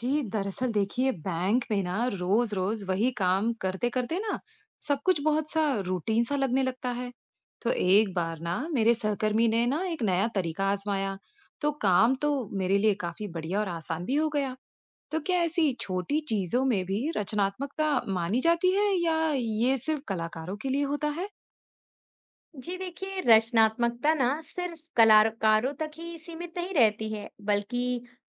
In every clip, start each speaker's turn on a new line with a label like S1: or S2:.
S1: जी, दरअसल देखिए बैंक में ना रोज-रोज वही काम करते-करते ना सब कुछ बहुत सा रूटीन सा लगने लगता है। तो एक बार ना मेरे सहकर्मी ने ना एक नया तरीका आजमाया, तो काम तो मेरे लिए काफी बढ़िया और आसान भी हो गया। तो क्या ऐसी छोटी चीजों में भी रचनात्मकता मानी जाती है या ये सिर्फ कलाकारों के लिए होता है?
S2: जी देखिए, रचनात्मकता ना सिर्फ कलाकारों तक ही सीमित नहीं रहती है, बल्कि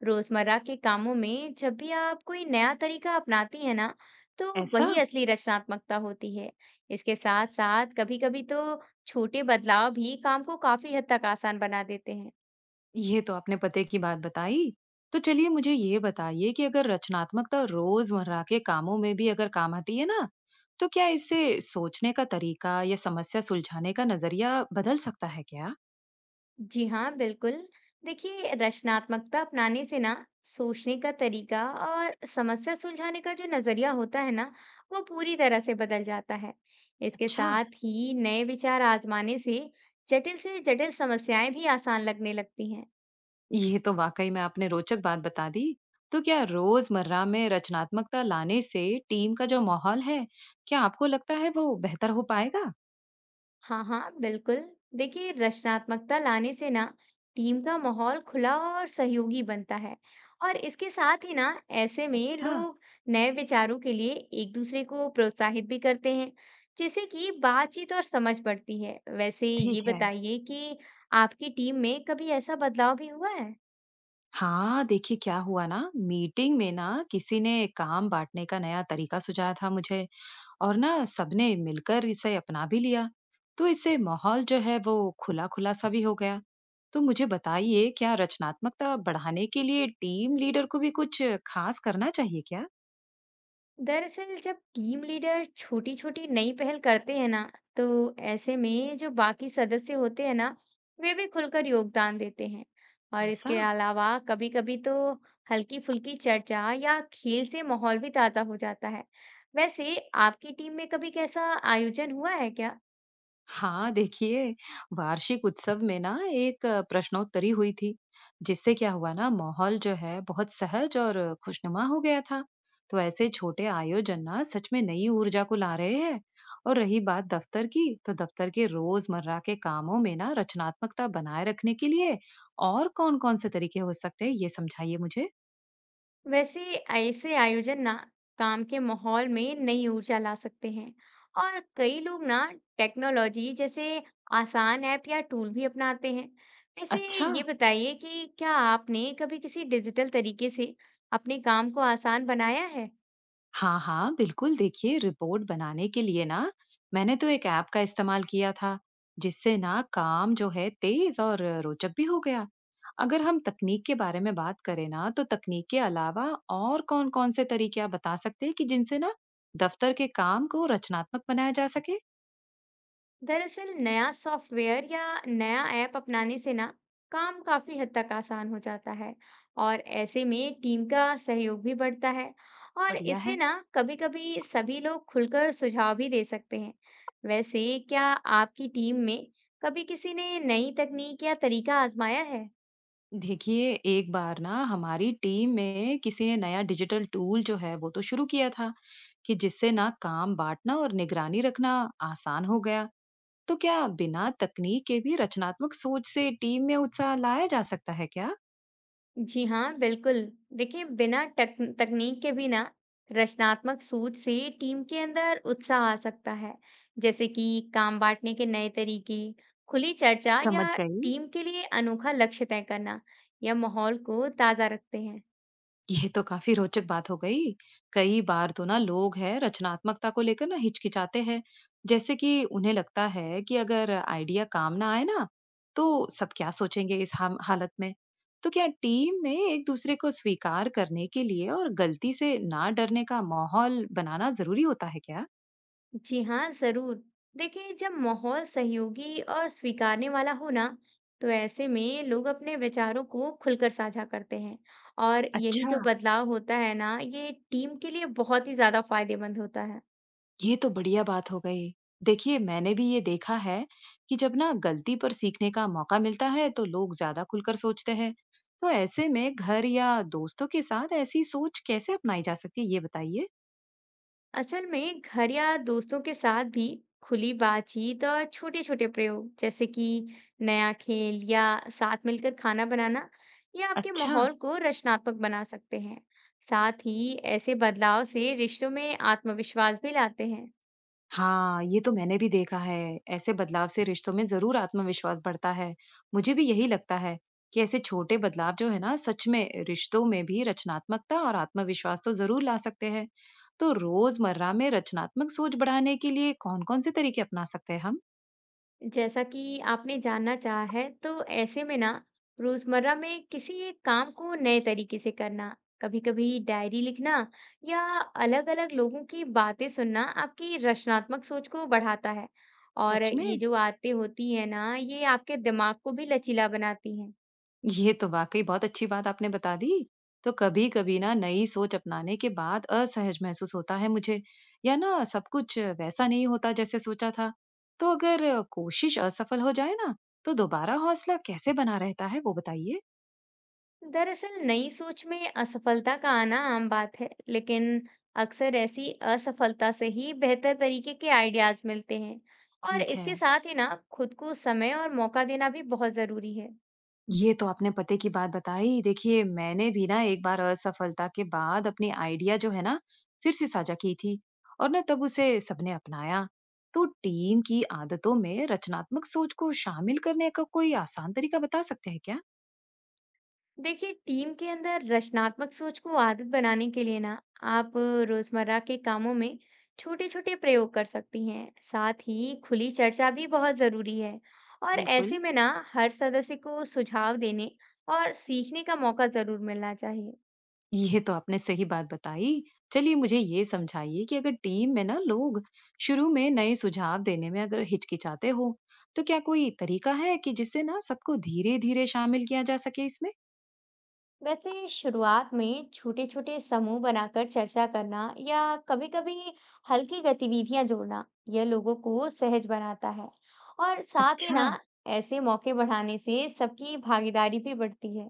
S2: रोजमर्रा के कामों में जब भी आप कोई नया तरीका अपनाती है ना, तो
S1: ऐसा?
S2: वही असली रचनात्मकता होती है। इसके साथ साथ कभी कभी तो छोटे बदलाव भी काम को काफी हद तक आसान बना देते हैं।
S1: ये तो आपने पते की बात बताई। तो चलिए मुझे ये बताइए कि अगर रचनात्मकता रोजमर्रा के कामों में भी अगर काम आती है ना, तो क्या इससे सोचने का तरीका या समस्या सुलझाने का नजरिया बदल सकता है क्या?
S2: जी हाँ, बिल्कुल। देखिए, रचनात्मकता अपनाने से ना सोचने का तरीका और समस्या सुलझाने का जो नजरिया होता है ना, वो पूरी तरह से बदल जाता है। इसके
S1: अच्छा।
S2: साथ ही नए विचार आजमाने से जटिल समस्याएं भी आसान लगने लगती हैं।
S1: ये तो वाकई में आपने रोचक बात बता दी। तो क्या रोजमर्रा में रचनात्मकता लाने से टीम का जो माहौल है, क्या आपको लगता है वो बेहतर हो पाएगा?
S2: हाँ हाँ बिल्कुल। देखिए, रचनात्मकता लाने से ना टीम का माहौल खुला और सहयोगी बनता है। और इसके साथ ही ना ऐसे में
S1: अच्छा।
S2: लोग नए विचारों के लिए एक दूसरे को प्रोत्साहित भी करते हैं, जिससे कि बातचीत और समझ बढ़ती है। वैसे ये
S1: ठीक है।
S2: बताइए कि आपकी टीम में कभी ऐसा बदलाव भी हुआ है।
S1: हाँ, देखिए क्या हुआ ना मीटिंग में ना किसी ने काम बांटने का नया तरीका सुझाया था मुझे और ना सबने मिलकर इसे अपना भी लिया। तो इससे माहौल जो है वो खुला खुला सा भी हो गया। तो मुझे बताइए क्या रचनात्मकता बढ़ाने के लिए टीम लीडर को भी कुछ खास करना चाहिए क्या?
S2: दरअसल जब टीम लीडर छोटी छोटी नई पहल करते हैं ना, तो ऐसे में जो बाकी सदस्य होते हैं ना, वे भी खुलकर योगदान देते हैं। और
S1: ऐसा।
S2: इसके अलावा कभी कभी तो हल्की फुल्की चर्चा या खेल से माहौल भी ताजा हो जाता है। वैसे आपकी टीम में कभी कैसा आयोजन हुआ है क्या।
S1: हाँ, देखिए, वार्षिक उत्सव में ना एक प्रश्नोत्तरी हुई थी, जिससे क्या हुआ ना माहौल जो है बहुत सहज और खुशनुमा हो गया था। तो ऐसे छोटे आयोजन ना सच में नई ऊर्जा को ला रहे हैं। और रही बात दफ्तर की, तो दफ्तर के रोजमर्रा के कामों में ना रचनात्मकता बनाए रखने के लिए और कौन-कौन से तरीके हो सकते हैं, ये समझाइए मुझे?
S2: वैसे ऐसे आयोजन ना काम के माहौल में नई ऊर्जा ला सकते हैं। और कई लोग ना टेक्नोलॉजी जैसे आसान ऐप या टूल भी अपनाते हैं। ऐसे
S1: अच्छा।
S2: ये बताइए कि क्या आपने कभी किसी डिजिटल तरीके से अपने काम को आसान बनाया है।
S1: हाँ हाँ बिल्कुल, देखिए रिपोर्ट बनाने के लिए ना मैंने तो एक ऐप का इस्तेमाल किया था जिससे ना काम जो है तेज और रोचक भी हो गया। अगर हम तकनीक के बारे में बात करें ना तो तकनीक के अलावा और कौन कौन से तरीके आप बता सकते हैं कि जिनसे ना दफ्तर के काम को रचनात्मक बनाया जा सके?
S2: दरअसल नया सॉफ्टवेयर या नया ऐप अपनाने से ना काम काफी हद तक आसान हो जाता है और ऐसे में टीम का सहयोग भी बढ़ता है। और
S1: बढ़िया है।
S2: इससे ना कभी-कभी सभी लोग खुलकर सुझाव भी दे सकते हैं। वैसे क्या आपकी टीम में कभी किसी ने नई तकनीक या तरीका आजमाया है।
S1: देखिए एक बार ना हमारी टीम में किसी ने नया डिजिटल टूल जो है वो तो शुरू किया था कि जिससे ना काम बांटना और निगरानी रखना आसान हो गया। तो क्या बिना तकनीक के भी रचनात्मक सोच से टीम में उत्साह लाया जा सकता है क्या?
S2: जी हाँ, बिल्कुल। देखिए, बिना टक तकनीक के भी ना रचनात्मक सोच से टीम के अंदर उत्साह आ सकता है, जैसे कि काम बांटने के नए तरीके, खुली चर्चा
S1: समझ
S2: या
S1: गई।
S2: टीम के लिए अनोखा लक्ष्य तय करना। यह माहौल को ताज़ा रखते हैं।
S1: ये तो काफी रोचक बात हो गई। कई बार तो ना लोग हैं रचनात्मकता को लेकर ना हिचकिचाते हैं, जैसे कि उन्हें लगता है कि अगर आइडिया काम ना आए ना तो सब क्या सोचेंगे इस हालत में। तो क्या टीम में एक दूसरे को स्वीकार करने के लिए और गलती से ना डरने का माहौल बनाना जरूरी होता है क्या?
S2: जी हाँ, जरूर। देखिए, जब माहौल सहयोगी और स्वीकारने वाला हो ना, तो ऐसे में लोग अपने विचारों को खुलकर साझा करते हैं। और यही
S1: अच्छा।
S2: जो बदलाव होता है ना, ये टीम के लिए बहुत ही ज्यादा फायदेमंद होता है।
S1: ये तो बढ़िया बात हो गई। देखिए, मैंने भी ये देखा है कि जब ना गलती पर सीखने का मौका मिलता है, तो लोग ज्यादा खुलकर सोचते हैं। तो ऐसे में घर या दोस्तों के साथ ऐसी सोच कैसे अपनाई जा सकती है, ये बताइए?
S2: असल में घर या दोस्तों के साथ भी खुली बातचीत और छोटे छोटे प्रयोग, जैसे कि नया खेल या साथ मिलकर खाना बनाना, ये आपके
S1: अच्छा।
S2: माहौल को रचनात्मक बना सकते हैं। साथ ही ऐसे बदलाव से रिश्तों में आत्मविश्वास भी लाते हैं।
S1: हाँ, ये तो मैंने भी देखा है। ऐसे बदलाव से रिश्तों में ज़रूर आत्मविश्वास बढ़ता है। मुझे भी यही लगता है कि ऐसे छोटे बदलाव जो है ना, सच में रिश्तों में भी रचनात्मकता और आत्मविश्वास तो ज़रूर ला सकते हैं। तो रोज़मर्रा में रचनात्मक सोच बढ़ाने के लिए कौन-कौन से तरीके अपना सकते हैं हम?
S2: जैसा कि आपने जानना चाहा है, तो ऐसे में ना रोजमर्रा में किसी एक काम को नए तरीके से करना, कभी-कभी डायरी लिखना या अलग-अलग लोगों की बातें सुनना आपकी रचनात्मक सोच को बढ़ाता है। और
S1: सच
S2: ये
S1: में?
S2: जो आदतें होती हैं ना, ये आपके दिमाग को भी लचीला बनाती हैं।
S1: ये तो वाकई बहुत अच्छी बात आपने बता दी। तो कभी-कभी ना नई सोच अपनाने के बाद असहज महसूस होता है मुझे या ना सब कुछ वैसा नहीं होता जैसे सोचा था। तो अगर कोशिश असफल हो जाए ना, तो दोबारा हौसला कैसे बना रहता है वो बताइए।
S2: दरअसल नई सोच में असफलता का आना आम बात है, लेकिन अक्सर ऐसी असफलता से ही बेहतर तरीके के आइडियाज मिलते हैं। और
S1: ठीक है।
S2: इसके साथ ही ना खुद को समय और मौका देना भी बहुत जरूरी है।
S1: ये तो आपने पते की बात बताई। देखिए, मैंने भी ना एक बार असफलता के बाद अपनी आइडिया जो है ना, फिर से साझा की थी और ना तब उसे सबने अपनाया। तो टीम की आदतों में रचनात्मक सोच को शामिल करने का कोई आसान तरीका बता सकते हैं क्या?
S2: देखिए, टीम के अंदर रचनात्मक सोच को आदत बनाने के लिए ना आप रोजमर्रा के कामों में छोटे-छोटे प्रयोग कर सकती हैं। साथ ही खुली चर्चा भी बहुत जरूरी है और
S1: बिल्कुल।
S2: ऐसे में ना हर सदस्य को सुझाव देने और सीखने का मौका जरूर मिलना चाहिए।
S1: ये तो आपने सही बात बताई। चलिए मुझे ये समझाइए कि अगर टीम में ना लोग शुरू में नए सुझाव देने में अगर हिचकिचाते हो, तो क्या कोई तरीका है कि जिससे ना सबको धीरे-धीरे शामिल किया जा सके इसमें?
S2: वैसे शुरुआत में छोटे छोटे समूह बनाकर चर्चा करना या कभी कभी हल्की गतिविधियां जोड़ना, यह लोगों को सहज बनाता है। और साथ ही ना
S1: अच्छा।
S2: ऐसे मौके बढ़ाने से सबकी भागीदारी भी बढ़ती है।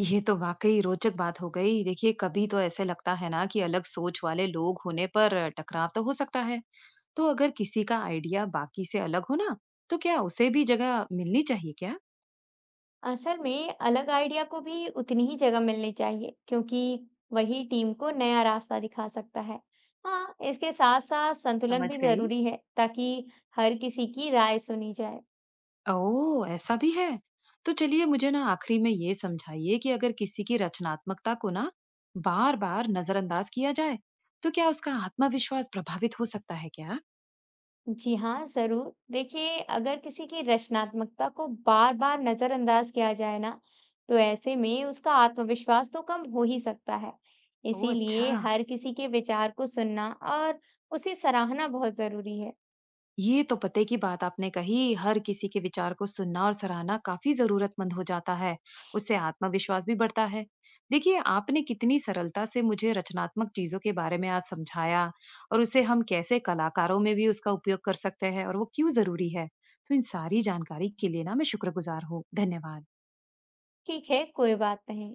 S1: ये तो वाकई रोचक बात हो गई। देखिए, कभी तो ऐसे लगता है ना कि अलग सोच वाले लोग होने पर टकराव तो हो सकता है। तो अगर किसी का आइडिया बाकी से अलग हो ना, तो क्या उसे भी जगह मिलनी चाहिए क्या?
S2: असल में अलग आइडिया को भी उतनी ही जगह मिलनी चाहिए, क्योंकि वही टीम को नया रास्ता दिखा सकता है। हाँ, इसके साथ साथ संतुलन
S1: समझ
S2: भी
S1: गई।
S2: जरूरी है, ताकि हर किसी की राय सुनी जाए।
S1: ओह, ऐसा भी है। तो चलिए मुझे ना आखिरी में ये समझाइए कि अगर किसी की रचनात्मकता को ना बार-बार नजरअंदाज किया जाए, तो क्या उसका आत्मविश्वास प्रभावित हो सकता है क्या?
S2: जी हाँ, ज़रूर। देखिए, अगर किसी की रचनात्मकता को बार-बार नज़रअंदाज किया जाए ना, तो ऐसे में उसका आत्मविश्वास तो कम हो ही सकता है।
S1: ओह, अच्छा।
S2: इसीलिए हर किसी के विचार को सुनना और उसे सराहना बहुत ज़रूरी है।
S1: ये तो पते की बात आपने कही। हर किसी के विचार को सुनना और सराहना काफी जरूरतमंद हो जाता है। उससे आत्मविश्वास भी बढ़ता है। देखिए आपने कितनी सरलता से मुझे रचनात्मक चीजों के बारे में आज समझाया, और उसे हम कैसे कलाकारों में भी उसका उपयोग कर सकते हैं और वो क्यों जरूरी है। तो इन सारी जानकारी के लिए ना मैं शुक्रगुजार हूँ। धन्यवाद।
S2: ठीक है, कोई बात नहीं।